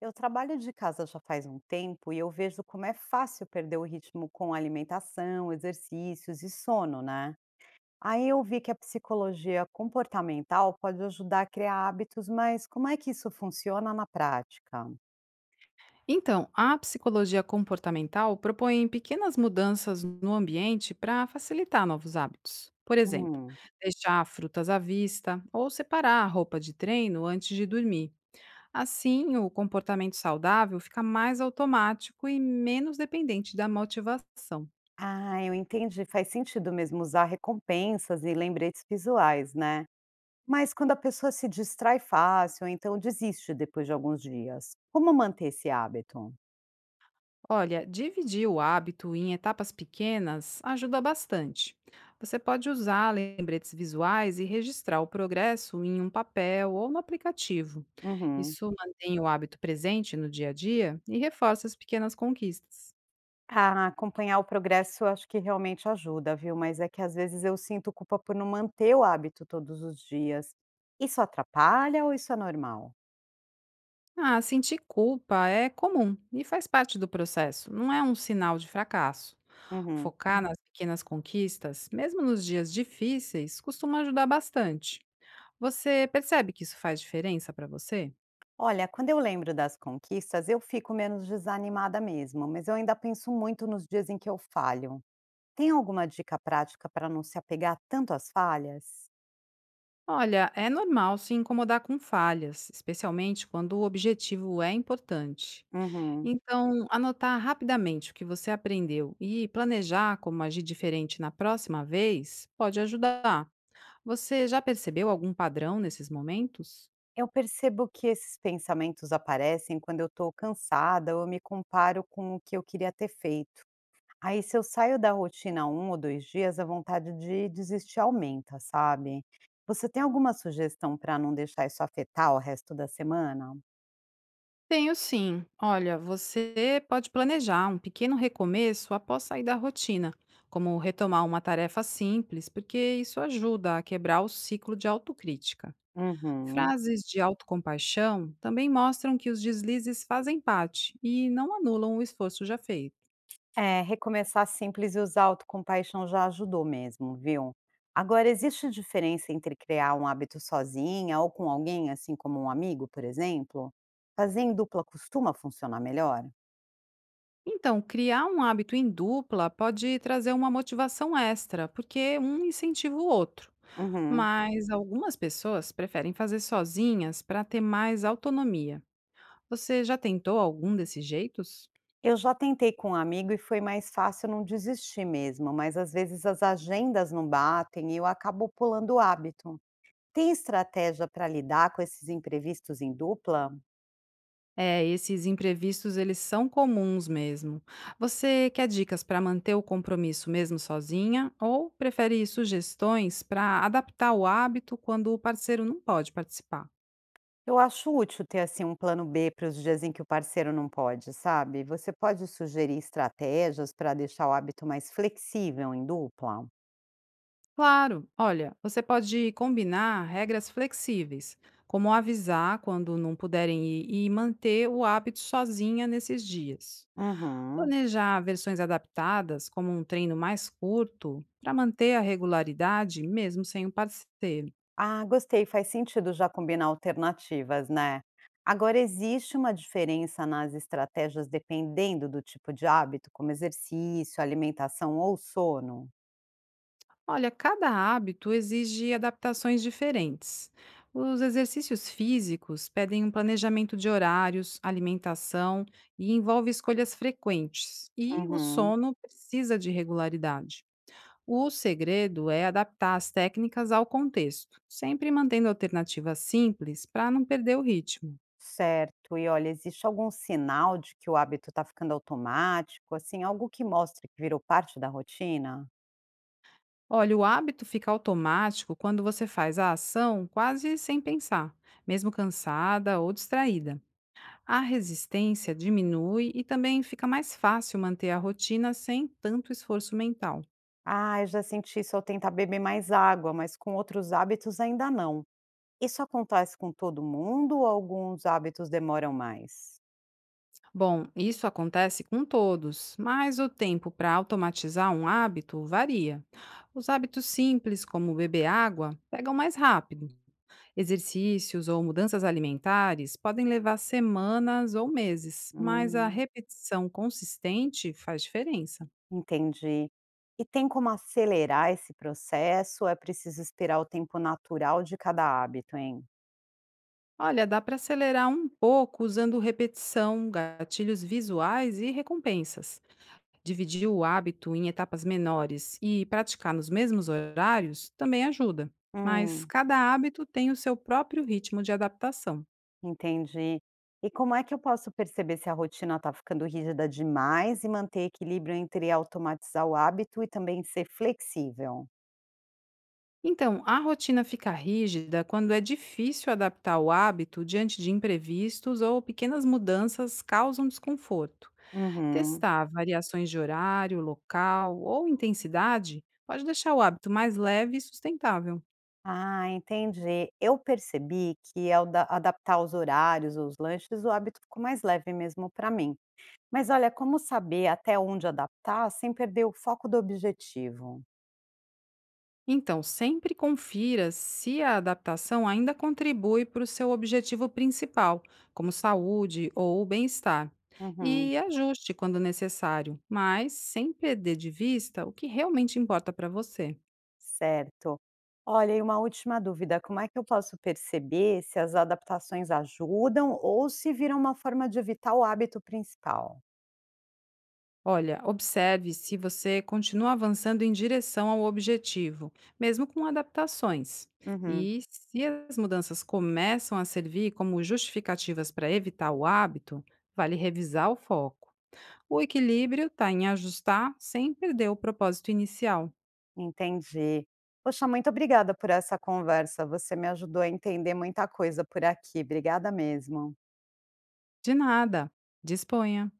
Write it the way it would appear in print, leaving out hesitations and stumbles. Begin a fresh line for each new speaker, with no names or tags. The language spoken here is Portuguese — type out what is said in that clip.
Eu trabalho de casa já faz um tempo e eu vejo como é fácil perder o ritmo com alimentação, exercícios e sono, né? Aí eu vi que a psicologia comportamental pode ajudar a criar hábitos, mas como é que isso funciona na prática?
Então, a psicologia comportamental propõe pequenas mudanças no ambiente para facilitar novos hábitos. Por exemplo,
Hum.
deixar frutas à vista ou separar a roupa de treino antes de dormir. Assim, o comportamento saudável fica mais automático e menos dependente da motivação.
Ah, eu entendi. Faz sentido mesmo usar recompensas e lembretes visuais, né? Mas quando a pessoa se distrai fácil, então desiste depois de alguns dias. Como manter esse hábito?
Olha, dividir o hábito em etapas pequenas ajuda bastante. Você pode usar lembretes visuais e registrar o progresso em um papel ou no aplicativo.
Uhum.
Isso mantém o hábito presente no dia a dia e reforça as pequenas conquistas.
Ah, acompanhar o progresso eu acho que realmente ajuda, viu? Mas é que às vezes eu sinto culpa por não manter o hábito todos os dias. Isso atrapalha ou isso é normal?
Ah, sentir culpa é comum e faz parte do processo, não é um sinal de fracasso.
Uhum.
Focar nas pequenas conquistas, mesmo nos dias difíceis, costuma ajudar bastante. Você percebe que isso faz diferença para você?
Olha, quando eu lembro das conquistas, eu fico menos desanimada mesmo, mas eu ainda penso muito nos dias em que eu falho. Tem alguma dica prática para não se apegar tanto às falhas?
Olha, é normal se incomodar com falhas, especialmente quando o objetivo é importante.
Uhum.
Então, anotar rapidamente o que você aprendeu e planejar como agir diferente na próxima vez pode ajudar. Você já percebeu algum padrão nesses momentos?
Eu percebo que esses pensamentos aparecem quando eu estou cansada ou eu me comparo com o que eu queria ter feito. Aí se eu saio da rotina um ou 2 dias, a vontade de desistir aumenta, sabe. Você tem alguma sugestão para não deixar isso afetar o resto da semana?
Tenho sim. Olha, você pode planejar um pequeno recomeço após sair da rotina, como retomar uma tarefa simples, porque isso ajuda a quebrar o ciclo de autocrítica.
Uhum.
Frases de autocompaixão também mostram que os deslizes fazem parte e não anulam o esforço já feito.
É, recomeçar simples e usar autocompaixão já ajudou mesmo, viu. Agora existe diferença entre criar um hábito sozinha ou com alguém, assim como um amigo, por exemplo? Fazer em dupla costuma funcionar melhor?
Então, criar um hábito em dupla pode trazer uma motivação extra, porque um incentiva o outro.
Uhum.
Mas algumas pessoas preferem fazer sozinhas para ter mais autonomia. Você já tentou algum desses jeitos?
Eu já tentei com um amigo e foi mais fácil não desistir mesmo, mas às vezes as agendas não batem e eu acabo pulando o hábito. Tem estratégia para lidar com esses imprevistos em dupla?
É, esses imprevistos, eles são comuns mesmo. Você quer dicas para manter o compromisso mesmo sozinha ou prefere sugestões para adaptar o hábito quando o parceiro não pode participar?
Eu acho útil ter assim um plano B para os dias em que o parceiro não pode, sabe? Você pode sugerir estratégias para deixar o hábito mais flexível em dupla?
Claro, olha, você pode combinar regras flexíveis, como avisar quando não puderem ir e manter o hábito sozinha nesses dias.
Uhum.
Planejar versões adaptadas, como um treino mais curto, para manter a regularidade mesmo sem o parceiro.
Ah, gostei, faz sentido já combinar alternativas, né? Agora, existe uma diferença nas estratégias dependendo do tipo de hábito, como exercício, alimentação ou sono?
Olha, cada hábito exige adaptações diferentes. Os exercícios físicos pedem um planejamento de horários, alimentação e envolve escolhas frequentes, e o
Uhum,
sono precisa de regularidade. O segredo é adaptar as técnicas ao contexto, sempre mantendo alternativas simples para não perder o ritmo.
certo. E olha, existe algum sinal de que o hábito está ficando automático, assim, algo que mostre que virou parte da rotina?
Olha, o hábito fica automático quando você faz a ação quase sem pensar, mesmo cansada ou distraída. A resistência diminui e também fica mais fácil manter a rotina sem tanto esforço mental.
Ah, eu já senti isso ao tentar beber mais água, mas com outros hábitos ainda não. Isso acontece com todo mundo ou alguns hábitos demoram mais?
Bom, isso acontece com todos, mas o tempo para automatizar um hábito varia. Os hábitos simples, como beber água, pegam mais rápido. Exercícios ou mudanças alimentares podem levar semanas ou meses, mas a
Hum.
repetição consistente faz diferença.
Entendi. E tem como acelerar esse processo ou é preciso esperar o tempo natural de cada hábito, hein?
Olha, dá para acelerar um pouco usando repetição, gatilhos visuais e recompensas. Dividir o hábito em etapas menores e praticar nos mesmos horários também ajuda, mas
Hum,
cada hábito tem o seu próprio ritmo de adaptação.
entendi. E como é que eu posso perceber se a rotina está ficando rígida demais e manter equilíbrio entre automatizar o hábito e também ser flexível?
Então, a rotina fica rígida quando é difícil adaptar o hábito diante de imprevistos ou pequenas mudanças causam desconforto.
Uhum.
Testar variações de horário, local ou intensidade pode deixar o hábito mais leve e sustentável.
Ah, entendi. Eu percebi que ao adaptar os horários ou os lanches, o hábito ficou mais leve mesmo para mim. Mas olha, como saber até onde adaptar sem perder o foco do objetivo?
Então, sempre confira se a adaptação ainda contribui para o seu objetivo principal, como saúde ou bem-estar,
Uhum,
e ajuste quando necessário, mas sem perder de vista o que realmente importa para você.
certo. Olha, e uma última dúvida, como é que eu posso perceber se as adaptações ajudam ou se viram uma forma de evitar o hábito principal?
Olha, observe se você continua avançando em direção ao objetivo, mesmo com adaptações.
Uhum,
E se as mudanças começam a servir como justificativas para evitar o hábito, vale revisar o foco. O equilíbrio está em ajustar sem perder o propósito inicial.
entendi. Poxa, muito obrigada por essa conversa. Você me ajudou a entender muita coisa por aqui. Obrigada mesmo.
De nada. Disponha.